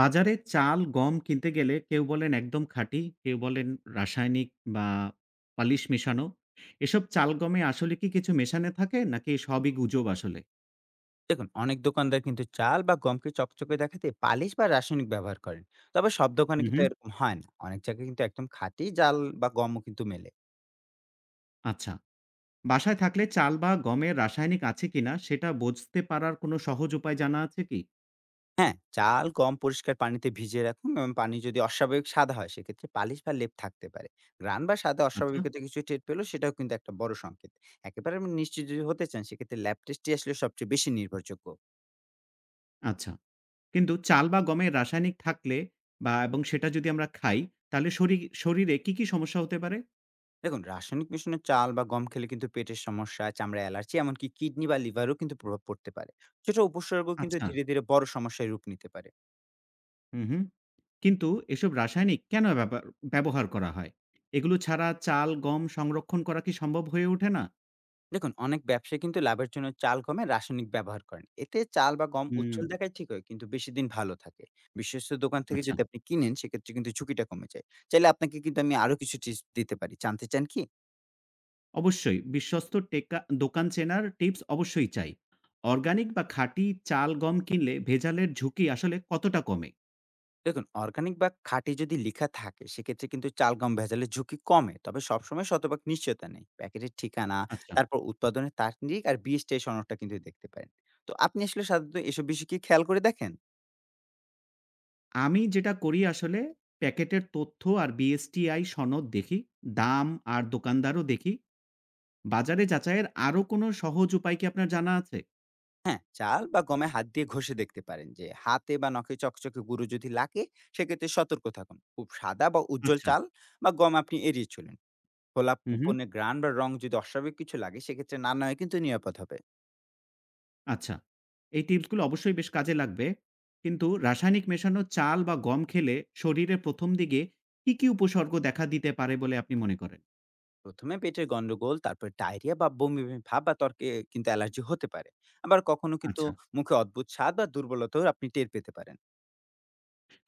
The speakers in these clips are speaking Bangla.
বাজারে চাল, গম কিনতে গেলে কেউ বলেন একদম খাঁটি, কেউ বলেন রাসায়নিক বা পালিশ মেশানো। এসব চাল গমে আসলে কি কিছু মেশানো থাকে নাকি সবই গুজব আসলে? দেখুন অনেক দোকানদার কিন্তু চাল বা গমকে চকচকে দেখাতে পালিশ বা রাসায়নিক ব্যবহার করেন। তবে সব দোকানে হুম, কিন্তু হুম। এরকম হয় না, অনেক জায়গায় কিন্তু একদম খাঁটি জাল বা গমও কিন্তু মেলে। আচ্ছা। বাসায় থাকলে চাল বা গমের রাসায়নিক আছে কিনা সেটা বুঝতে পারার কোনো সহজ উপায় জানা আছে কি? হ্যাঁ, চাল গম পরিষ্কার পানিতে ভিজিয়ে রাখুন এবং পানি যদি অস্বাভাবিক সাদা হয় সেক্ষেত্রে পালিশ বা লেপ থাকতে পারে। গ্রান বা সাদা আচ্ছা, অস্বাভাবিকতা কিছু টের পেলো সেটাও কিন্তু একটা বড় সংকেত। একেবারে আপনি নিশ্চিত যদি হতে চান সেক্ষেত্রে ল্যাব টেস্টই আসলে সবচেয়ে বেশি নির্ভরযোগ্য। আচ্ছা। কিন্তু চাল বা গমের রাসায়নিক থাকলে বা এবং সেটা যদি আমরা খাই তাহলে শরীরে কি সমস্যা হতে পারে? দেখুন, রাসায়নিক মিশানো চাল বা গম খেলে কিন্তু পেটের সমস্যা, চামড়া অ্যালার্জি, এমনকি কিডনি বা লিভারও কিন্তু প্রভাব পড়তে পারে। ছোট উপসর্গ কিন্তু আচ্ছা। ধীরে ধীরে বড় সমস্যায় রূপ নিতে পারে। হু, হু। কিন্তু এসব রাসায়নিক কেন ব্যবহার করা হয়? এগুলো ছাড়া চাল, গম সংরক্ষণ করা কি সম্ভব হয়ে ওঠে না? দেখুন, অনেক ব্যবসায়ী কিন্তু লাভের জন্য চাল গমে রাসায়নিক ব্যবহার করেন, এতে চাল বা গম হুম, উচ্ছল দেখায় ঠিক হয় কিন্তু বেশি দিন ভালো থাকে। বিশ্বস্ত দোকান থেকে আচ্ছা। যদি আপনি কিনেন সেক্ষেত্রে কিন্তু ঝুঁকিটা কমে যায়। চাইলে আপনাকে কিন্তু আমি আরো কিছু টিপস দিতে পারি, জানতে চান কি? অবশ্যই বিশ্বস্ত দোকান চেনার টিপস অবশ্যই চাই। অর্গানিক বা খাঁটি চাল, গম কিনলে ভেজালের ঝুঁকি আসলে কতটা কমে? দেখুন, অর্গানিক বা খাঁটি যদি লেখা থাকে সেক্ষেত্রে কিন্তু চাল গম ভেজালের ঝুঁকি কমে, তবে সবসময় শতভাগ নিশ্চয়তা নেই। প্যাকেটের ঠিকানা, আচ্ছা। তারপর উৎপাদনের তারিখ আর বীজটা এই সনদটা কিন্তু দেখতে পারেন। তো আপনি আসলে সাধারণত এসব বিষয় কি খেয়াল করে দেখেন? আমি যেটা করি আসলে প্যাকেটের তথ্য আর বিএসটিআই সনদ দেখি, দাম আর দোকানদারও দেখি। বাজারে যাচাইয়ের আরো কোনো সহজ উপায় কি আপনার জানা আছে? হ্যাঁ, চাল বা গমে হাত দিয়ে ঘষে দেখতে পারেন, যে হাতে বা নখে চকচকে গুঁড়ো যদি লাগে সেক্ষেত্রে সতর্ক থাকুন। খুব সাদা বা উজ্জ্বল আচ্ছা। চাল বা গম আপনি এড়িয়ে চলুন। খোলা হু, হু। কুপনে গ্রান বা রং যদি অস্বাভাবিক কিছু লাগে সেক্ষেত্রে না নয় কিন্তু নিরাপদ হবে। আচ্ছা। এই টিপসগুলো অবশ্যই বেশ কাজে লাগবে। কিন্তু রাসায়নিক মেশানো চাল বা গম খেলে শরীরে ১ম দিকে কি উপসর্গ দেখা দিতে পারে বলে আপনি মনে করেন? প্রথমে পেটের গন্ডগোল, তারপর ডায়রিয়া বা বমি বমি ভাব বা তর্কে কিন্তু অ্যালার্জি হতে পারে। আবার কখনো কিন্তু আচ্ছা। মুখে অদ্ভুত স্বাদ বা দুর্বলতাও আপনি টের পেতে পারেন।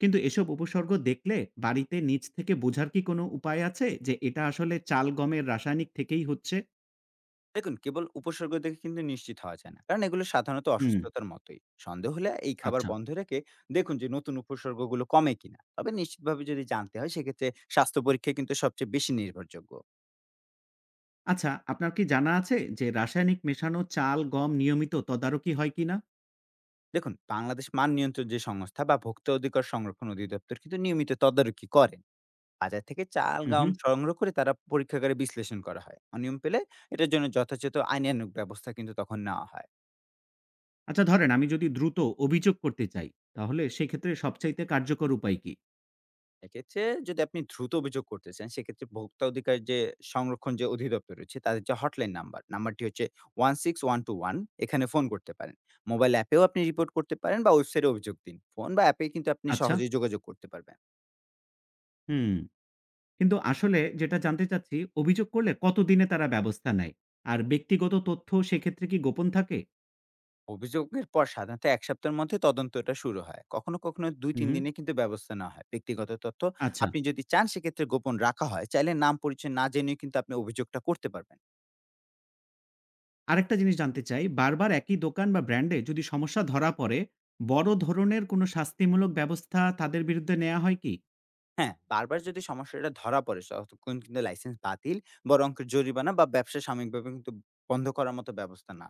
কিন্তু এসব উপসর্গ দেখলে বাড়িতে নিজ থেকে বোঝার কি কোনো উপায় আছে যে এটা আসলে চাল-গমের রাসায়নিক থেকেই হচ্ছে? দেখুন, কেবল উপসর্গ দেখে কিন্তু নিশ্চিত হওয়া যায় না, কারণ এগুলো সাধারণত হুম, অসুস্থতার মতোই। সন্দেহ হলে এই খাবার আচ্ছা। বন্ধ রেখে দেখুন যে নতুন উপসর্গগুলো কমে কিনা। তবে নিশ্চিতভাবে যদি জানতে হয় সেক্ষেত্রে স্বাস্থ্য পরীক্ষা কিন্তু সবচেয়ে বেশি নির্ভরযোগ্য। আচ্ছা, আপনার কি জানা আছে যে রাসায়নিক মেশানো চাল, গম নিয়মিত তদারকি হয় কিনা? দেখুন, বাংলাদেশ মান নিয়ন্ত্রণ যে সংস্থা বা ভোক্তা অধিকার সংরক্ষণ অধিদপ্তর কিন্তু নিয়মিত তদারকি করেন। বাজার থেকে চাল, হু, হু। গম সংগ্রহ করে তারা পরীক্ষাগারে বিশ্লেষণ করা হয়। অনিয়ম পেলে এটার জন্য যথাযথ আইনানুগ ব্যবস্থা কিন্তু তখন নেওয়া হয়। আচ্ছা ধরেন আমি যদি দ্রুত অভিযোগ করতে চাই, তাহলে সেক্ষেত্রে সবচাইতে কার্যকর উপায় কি? এক্ষেত্রে যদি আপনি দ্রুত অভিযোগ করতে চান, সেক্ষেত্রে ভোক্তা অধিকার যে সংরক্ষণ যে অধিদপ্তর রয়েছে, তাদের যে হটলাইন নাম্বার, নাম্বারটি হচ্ছে 16121, এখানে ফোন করতে পারেন। মোবাইল অ্যাপেও আপনি রিপোর্ট করতে পারেন বা ওয়েবসাইটে অভিযোগ দিন। ফোন বা অ্যাপে কিন্তু আপনি আচ্ছা, সহজেই যোগাযোগ করতে পারবেন। হুম। কিন্তু আসলে যেটা জানতে চাচ্ছি, অভিযোগ করলে কতদিনে তারা ব্যবস্থা নেয়? আর ব্যক্তিগত তথ্য সেক্ষেত্রে কি গোপন থাকে? অভিযোগের পর সাধারণত এক সপ্তাহের মধ্যে তদন্তটা শুরু হয়, কখনো কখনো দুই হু, তিন হু। দিনে কিন্তু ব্যবস্থা নেওয়া হয়। ব্যক্তিগত তথ্য আচ্ছা। আপনি যদি চান সেক্ষেত্রে গোপন রাখা হয়, চাইলে নাম পরিচয় না জেনেও কিন্তু আপনি অভিযোগটা করতে পারবেন। আরেকটা জিনিস জানতে চাই, বারবার একই দোকান বা ব্র্যান্ডে যদি সমস্যা ধরা পড়ে, বড় ধরনের কোনো শাস্তিমূলক ব্যবস্থা তাদের বিরুদ্ধে নেয়া হয় কি? হ্যাঁ, বারবার যদি সমস্যাটা ধরা পড়ে তখন কিন্তু লাইসেন্স বাতিল, বড় অঙ্কের জরিমানা বা ব্যবসা সাময়িকভাবে কিন্তু বন্ধ করার মতো ব্যবস্থা না,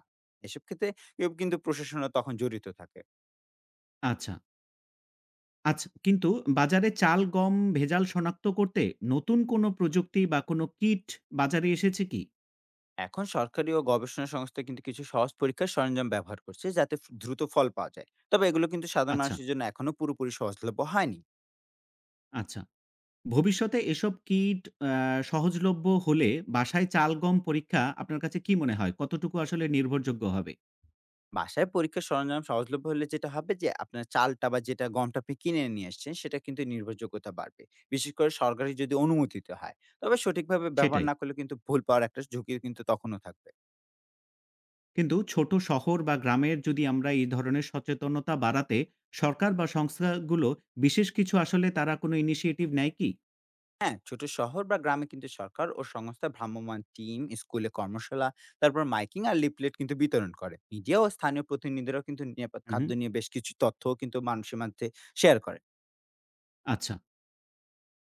এসব ক্ষেত্রে কেউ কিন্তু প্রশাসনও তখন জড়িত থাকে। আচ্ছা, আচ্ছা। কিন্তু বাজারে চাল, গম ভেজাল শনাক্ত করতে নতুন কোনো প্রযুক্তি বা কোনো কিট বাজারে এসেছে কি? এখন সরকারি ও গবেষণা সংস্থা কিন্তু কিছু সহজ পরীক্ষার সরঞ্জাম ব্যবহার করছে যাতে দ্রুত ফল পাওয়া যায়, তবে এগুলো কিন্তু সাধারণ আচ্ছা, মানুষের জন্য এখনো পুরোপুরি সহজলভ্য হয়নি। আচ্ছা। ভবিষ্যতে এসব কিট আ সহজলভ্য হলে বাসায় চালগম পরীক্ষা আপনার কাছে কি মনে হয়? কতটুকু আসলে নির্ভরযোগ্য হবে? বাসায় পরীক্ষার সরঞ্জাম সহজলভ্য হলে যেটা হবে যে আপনার চালটা বা যেটা গমটা আপনি কিনে নিয়ে আসছেন সেটা কিন্তু নির্ভরযোগ্যতা বাড়বে, বিশেষ করে সরকারি যদি অনুমোদিত হয়। তবে সঠিকভাবে ব্যবহার সেটাই। না করলে কিন্তু ভুল পাওয়ার একটা ঝুঁকি কিন্তু তখনও থাকবে। কিন্তু ছোট শহর বা গ্রামের যদি আমরা এই ধরনের সচেতনতা বাড়াতে সরকার বা সংস্থাগুলো বিশেষ কিছু আসলে তারা কোনো ইনিশিয়েটিভ নেয় কি? হ্যাঁ, ছোট শহর বা গ্রামে কিন্তু সরকার ও সংস্থা ভ্রাম্যমাণ টিম, স্কুলে কর্মশালা, তারপর মাইকিং আর লিফলেট কিন্তু বিতরণ করে। মিডিয়া ও স্থানীয় প্রতিনিধিরাও কিন্তু নিরাপদ হু, হু। খাদ্য নিয়ে বেশ কিছু তথ্যও কিন্তু মানুষের মাঝে শেয়ার করে। আচ্ছা।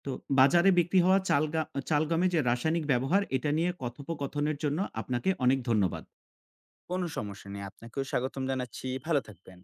তো বাজারে বিক্রি হওয়া চালগমে যে রাসায়নিক ব্যবহার এটা নিয়ে কথোপকথনের জন্য আপনাকে অনেক ধন্যবাদ। কোনো সমস্যা নেই। আপনাকেও স্বাগতম জানাচ্ছি। ভালো থাকবেন।